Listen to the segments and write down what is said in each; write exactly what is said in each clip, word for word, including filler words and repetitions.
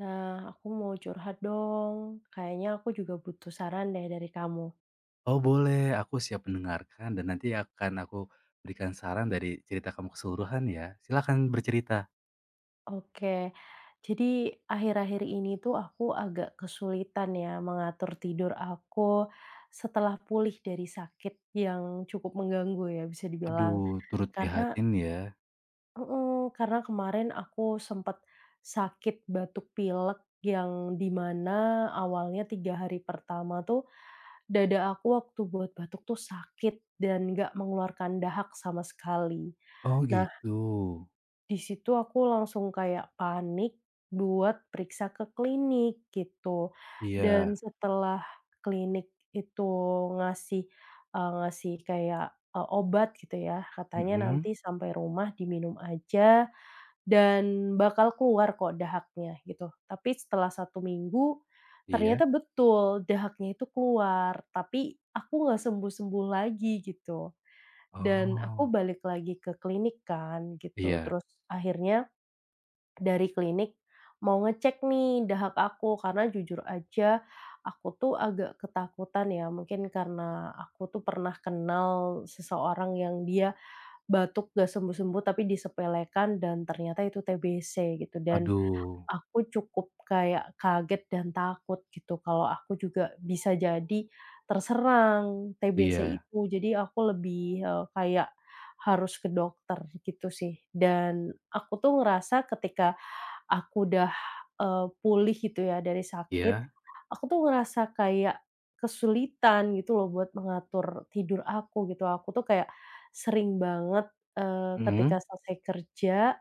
Nah, aku mau curhat dong. Kayaknya aku juga butuh saran deh dari kamu. Oh boleh, aku siap mendengarkan dan nanti akan aku berikan saran dari cerita kamu keseluruhan ya. Silakan bercerita. Oke, jadi akhir-akhir ini tuh aku agak kesulitan ya mengatur tidur aku setelah pulih dari sakit yang cukup mengganggu ya bisa dibilang. Aduh, turut Karena prihatin ya. mm, karena kemarin aku sempat sakit batuk pilek yang dimana awalnya tiga hari pertama tuh dada aku waktu buat batuk tuh sakit dan nggak mengeluarkan dahak sama sekali. Oh Nah, gitu. di situ aku langsung kayak panik buat periksa ke klinik gitu. Dan Iya. setelah klinik itu ngasih, eee, ngasih kayak, eee, obat gitu ya, katanya Mhm. nanti sampai rumah diminum aja dan bakal keluar kok dahaknya gitu. Tapi setelah satu minggu, Iya. ternyata betul dahaknya itu keluar, tapi aku nggak sembuh-sembuh lagi gitu. Dan aku Oh. balik lagi ke klinik kan gitu, Iya. terus akhirnya dari klinik mau ngecek nih dahak aku karena jujur aja aku tuh agak ketakutan ya, mungkin karena aku tuh pernah kenal seseorang yang dia batuk nggak sembuh-sembuh tapi disepelekan dan ternyata itu te be ce gitu dan, Aduh. aku cukup kayak kaget dan takut gitu kalau aku juga bisa jadi terserang te be ce Iya. itu. Jadi aku lebih, eee, kayak harus ke dokter gitu sih. Dan aku tuh ngerasa ketika aku udah, eee, pulih gitu ya dari sakit, Iya. aku tuh ngerasa kayak kesulitan gitu loh buat mengatur tidur aku gitu. Aku tuh kayak sering banget, eee, ketika Mhm. selesai kerja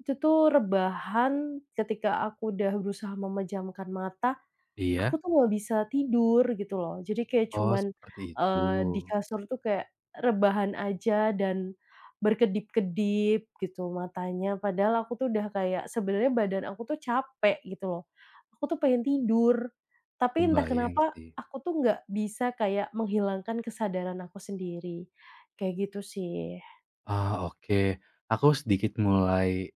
itu tuh rebahan ketika aku udah berusaha memejamkan mata, aku Iya. tuh nggak bisa tidur gitu loh. Jadi kayak Oh cuman, seperti itu. eee, di kasur tuh kayak rebahan aja dan berkedip-kedip gitu matanya. Padahal aku tuh udah kayak sebenarnya badan aku tuh capek gitu loh. Aku tuh pengen tidur, tapi entah Kebayang kenapa sih. aku tuh nggak bisa kayak menghilangkan kesadaran aku sendiri, kayak gitu sih. Ah, oke. Aku sedikit mulai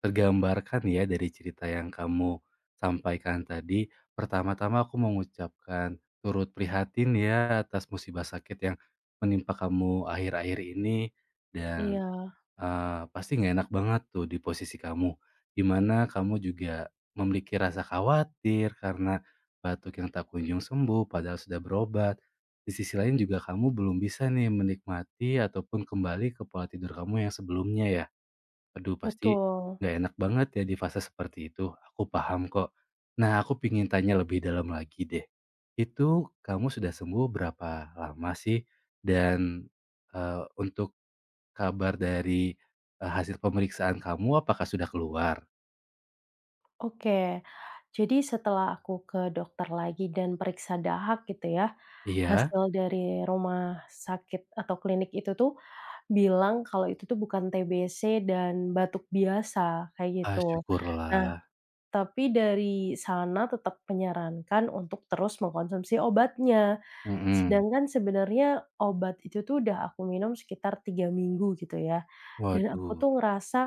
tergambarkan ya dari cerita yang kamu sampaikan tadi. Pertama-tama aku mengucapkan turut prihatin ya atas musibah sakit yang menimpa kamu akhir-akhir ini dan, Iya, eee, pasti nggak enak banget tuh di posisi kamu, di mana kamu juga memiliki rasa khawatir karena batuk yang tak kunjung sembuh padahal sudah berobat. Di sisi lain juga kamu belum bisa nih menikmati ataupun kembali ke pola tidur kamu yang sebelumnya ya. Aduh, pasti betul. nggak enak banget ya di fase seperti itu, aku paham kok. Nah, aku pingin tanya lebih dalam lagi deh, itu kamu sudah sembuh berapa lama sih? Dan, eee, untuk kabar dari, eee, hasil pemeriksaan kamu apakah sudah keluar? Oke. Jadi setelah aku ke dokter lagi dan periksa dahak gitu ya, Iya? hasil dari rumah sakit atau klinik itu tuh bilang kalau itu tuh bukan te be ce dan batuk biasa, kayak Ah, gitu. Nah, syukurlah. tapi dari sana tetap menyarankan untuk terus mengkonsumsi obatnya. Mhm. Sedangkan sebenarnya obat itu tuh udah aku minum sekitar tiga minggu gitu ya, dan aku Waduh. tuh ngerasa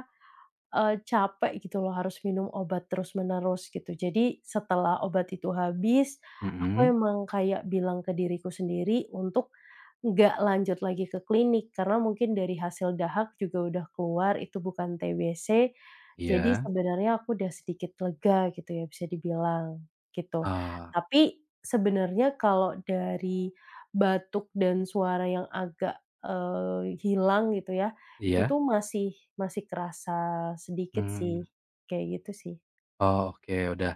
Eee, capek gitu loh harus minum obat terus-menerus gitu. Jadi setelah obat itu habis, aku Mhm. emang kayak bilang ke diriku sendiri untuk nggak lanjut lagi ke klinik, karena mungkin dari hasil dahak juga udah keluar itu bukan te be ce, jadi Iya. sebenarnya aku udah sedikit lega gitu ya, bisa dibilang, gitu. Ah. Tapi sebenarnya kalau dari batuk dan suara yang agak, eee, hilang gitu ya, itu Iya? tuh masih masih kerasa sedikit sih, Mmm. kayak gitu sih. Oh, oke, udah.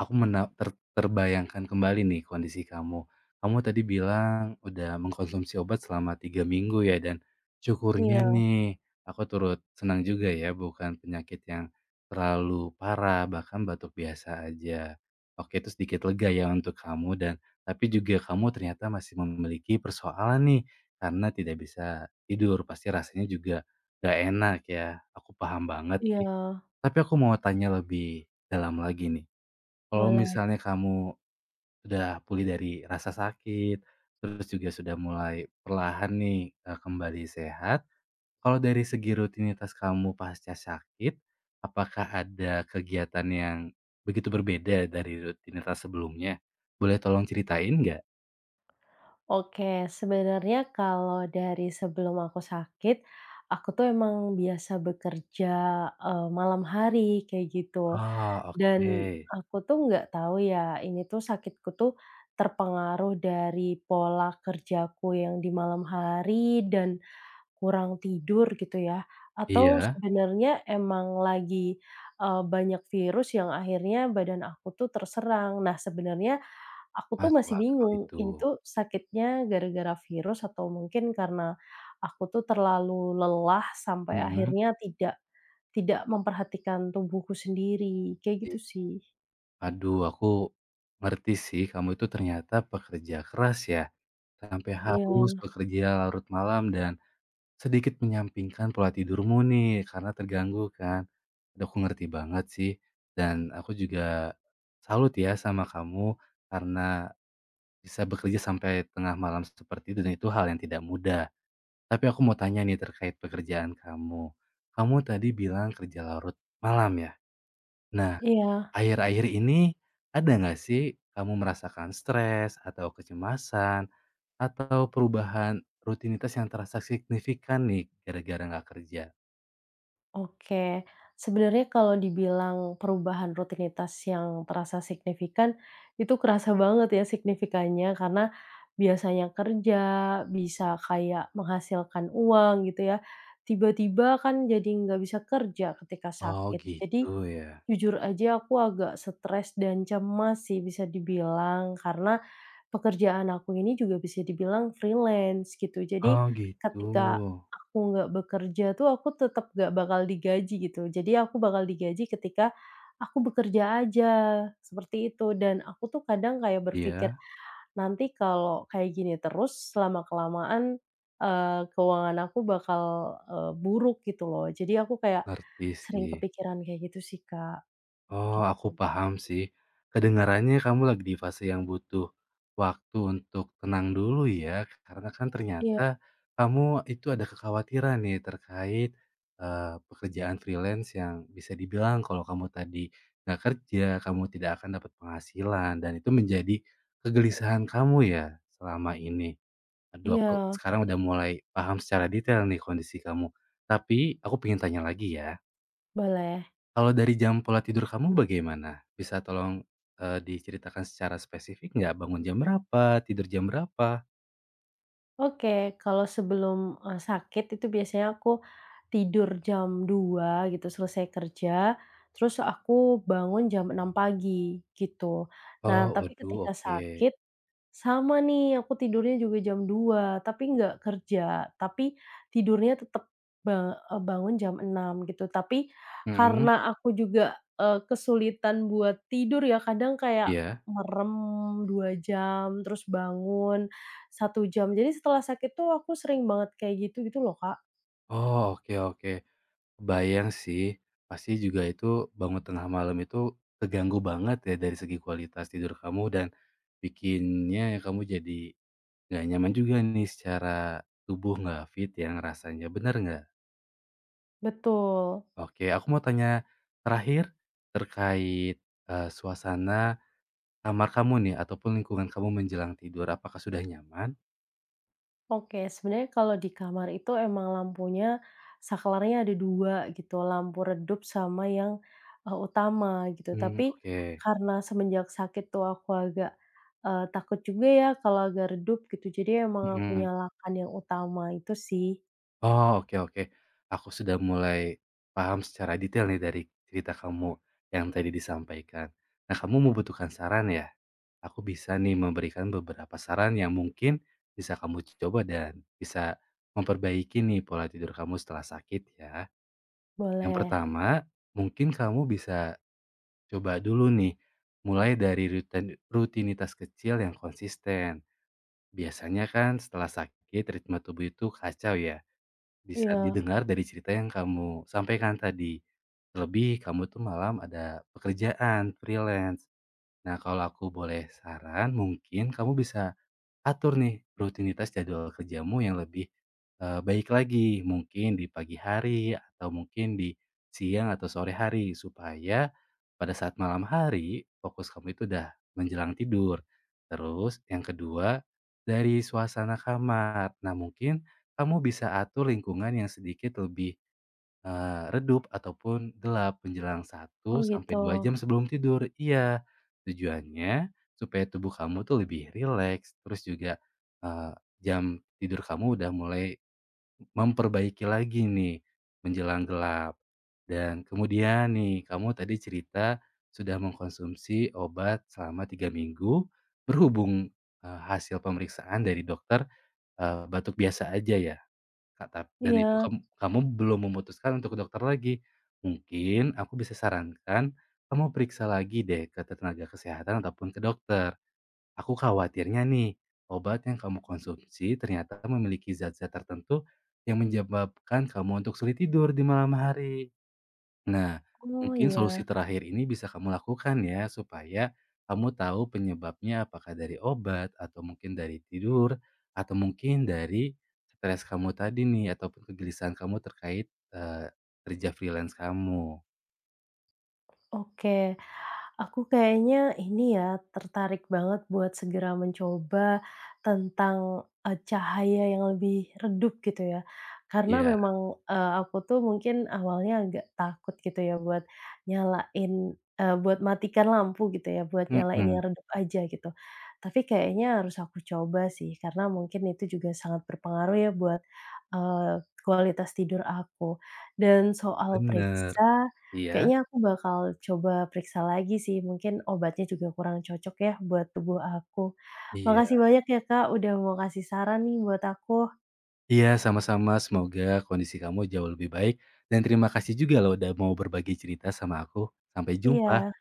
Aku mena ter terbayangkan kembali nih kondisi kamu. Kamu tadi bilang udah mengkonsumsi obat selama tiga minggu ya, dan syukurnya Iya nih aku turut senang juga ya bukan penyakit yang terlalu parah, bahkan batuk biasa aja. Oke, itu sedikit lega ya untuk kamu, dan tapi juga kamu ternyata masih memiliki persoalan nih karena tidak bisa tidur, pasti rasanya juga gak enak ya. Aku paham banget sih. iya, Tapi aku mau tanya lebih dalam lagi nih. Kalau boleh. misalnya kamu udah pulih dari rasa sakit, terus juga sudah mulai perlahan nih, eee, kembali sehat. Kalau dari segi rutinitas kamu pasca sakit, apakah ada kegiatan yang begitu berbeda dari rutinitas sebelumnya? Boleh tolong ceritain nggak? Oke, sebenarnya kalau dari sebelum aku sakit, aku tuh emang biasa bekerja, eee, malam hari kayak gitu. Ah, Dan oke. aku tuh nggak tahu ya, ini tuh sakitku tuh terpengaruh dari pola kerjaku yang di malam hari dan kurang tidur gitu ya, atau Iya, sebenarnya emang lagi, eee, banyak virus yang akhirnya badan aku tuh terserang. Nah, sebenarnya aku tuh masuk masih akal bingung, itu. ini tuh sakitnya gara-gara virus atau mungkin karena aku tuh terlalu lelah sampai Mhm. akhirnya tidak tidak memperhatikan tubuhku sendiri, kayak gitu sih. Aduh, aku ngerti sih, kamu itu ternyata pekerja keras ya, sampai harus Iya bekerja larut malam, dan sedikit menyampingkan pola tidurmu nih, karena terganggu kan. Dan aku ngerti banget sih, dan aku juga salut ya sama kamu karena bisa bekerja sampai tengah malam seperti itu, dan itu hal yang tidak mudah. Tapi aku mau tanya nih terkait pekerjaan kamu. Kamu tadi bilang kerja larut malam ya? Nah, iya. akhir-akhir ini ada nggak sih kamu merasakan stres atau kecemasan, atau perubahan rutinitas yang terasa signifikan nih gara-gara nggak kerja? Oke, sebenarnya kalau dibilang perubahan rutinitas yang terasa signifikan, itu kerasa banget ya signifikannya karena biasanya kerja, bisa kayak menghasilkan uang gitu ya, tiba-tiba kan jadi nggak bisa kerja ketika Oh sakit. Jadi gitu ya. jujur aja aku agak stres dan cemas sih bisa dibilang, karena pekerjaan aku ini juga bisa dibilang freelance gitu. Jadi Oh ketika gitu. aku nggak bekerja tuh aku tetap nggak bakal digaji gitu. Jadi aku bakal digaji ketika aku bekerja aja, seperti itu. Dan aku tuh kadang kayak berpikir, Iya, nanti kalau kayak gini terus selama kelamaan eee, keuangan aku bakal, eee, buruk gitu loh. Jadi aku kayak ngerti sering sih. kepikiran kayak gitu sih, Kak. Oh, aku Gitu. paham sih. Kedengarannya kamu lagi di fase yang butuh waktu untuk tenang dulu ya, karena kan Iya ternyata kamu itu ada kekhawatiran nih terkait eh, pekerjaan freelance yang bisa dibilang kalau kamu tadi nggak kerja, kamu tidak akan dapat penghasilan, dan itu menjadi kegelisahan kamu ya selama ini. Aduh, aku iya, sekarang udah mulai paham secara detail nih kondisi kamu. Tapi aku pengen tanya lagi ya, boleh. kalau dari jam pola tidur kamu bagaimana? Bisa tolong, eee, diceritakan secara spesifik nggak? Bangun jam berapa? Tidur jam berapa? Oke, kalau sebelum, eee, sakit itu biasanya aku tidur jam dua gitu, selesai kerja, terus aku bangun jam enam pagi, gitu. Nah, Oh, tapi waduh, ketika oke. sakit sama nih, aku tidurnya juga jam dua tapi nggak kerja, tapi tidurnya tetap ba eee, bangun jam enam gitu. Tapi Mhm. karena aku juga, eee, kesulitan buat tidur ya, kadang kayak Iya. merem dua jam, terus bangun satu jam. Jadi setelah sakit tuh aku sering banget kayak gitu, gitu loh, Kak. Oh, oke, oke. Bayang sih, pasti juga itu bangun tengah malam itu keganggu banget ya dari segi kualitas tidur kamu, dan bikinnya kamu jadi nggak nyaman juga nih, secara tubuh nggak fit ya rasanya, bener nggak? Betul. Oke, aku mau tanya terakhir terkait, eee, suasana kamar kamu nih ataupun lingkungan kamu menjelang tidur, apakah sudah nyaman? Oke, sebenarnya kalau di kamar itu emang lampunya, saklarnya ada dua gitu, lampu redup sama yang, eee, utama gitu. Tapi Mmm, oke. karena semenjak sakit tuh aku agak, eee, takut juga ya kalau agak redup gitu, jadi emang aku Mhm. nyalakan yang utama itu sih. Oh, oke, oke. Aku sudah mulai paham secara detail nih dari cerita kamu yang tadi disampaikan. Nah, kamu membutuhkan saran ya? Aku bisa nih memberikan beberapa saran yang mungkin bisa kamu coba dan bisa memperbaiki nih pola tidur kamu setelah sakit ya. Yang Boleh. pertama, mungkin kamu bisa coba dulu nih mulai dari rutin- rutinitas kecil yang konsisten. Biasanya kan setelah sakit ritme tubuh itu kacau ya. Bisa Iya. didengar dari cerita yang kamu sampaikan tadi. Terlebih kamu tuh malam ada pekerjaan freelance. Nah, kalau aku boleh saran, mungkin kamu bisa atur nih rutinitas jadwal kerjamu yang lebih, eee, baik lagi, mungkin di pagi hari atau mungkin di siang atau sore hari, supaya pada saat malam hari fokus kamu itu udah menjelang tidur. Terus yang kedua, dari suasana kamar. Nah, mungkin kamu bisa atur lingkungan yang sedikit lebih Eee, redup ataupun gelap menjelang Oh satu sampai gitu. dua jam sebelum tidur. Iya, tujuannya supaya tubuh kamu tuh lebih rileks, terus juga, eee, jam tidur kamu udah mulai memperbaiki lagi nih menjelang gelap. Dan kemudian nih, kamu tadi cerita sudah mengkonsumsi obat selama tiga minggu, berhubung, eee, hasil pemeriksaan dari dokter, eee, batuk biasa aja ya? Kata dan itu Iya. kam kamu belum memutuskan untuk ke dokter lagi. Mungkin aku bisa sarankan, kamu periksa lagi deh ke tenaga kesehatan ataupun ke dokter. Aku khawatirnya nih, obat yang kamu konsumsi ternyata memiliki zat-zat tertentu yang menyebabkan kamu untuk sulit tidur di malam hari. Nah, Oh mungkin iya. solusi terakhir ini bisa kamu lakukan ya, supaya kamu tahu penyebabnya apakah dari obat, atau mungkin dari tidur, atau mungkin dari stres kamu tadi nih, ataupun kegelisahan kamu terkait, eee, kerja freelance kamu. Oke. Aku kayaknya ini ya, tertarik banget buat segera mencoba tentang, eee, cahaya yang lebih redup gitu ya. Karena Iya, memang, eee, aku tuh mungkin awalnya agak takut gitu ya buat nyalain eee, buat matikan lampu gitu ya, buat nyalain mhm, yang redup aja gitu. Tapi kayaknya harus aku coba sih, karena mungkin itu juga sangat berpengaruh ya buat, eee, kualitas tidur aku. Dan soal bener. periksa Iya, kayaknya aku bakal coba periksa lagi sih, mungkin obatnya juga kurang cocok ya buat tubuh aku. Makasih iya. banyak ya Kak, udah mau kasih saran nih buat aku. Iya, sama-sama, semoga kondisi kamu jauh lebih baik, dan terima kasih juga loh udah mau berbagi cerita sama aku. Sampai jumpa. Iya.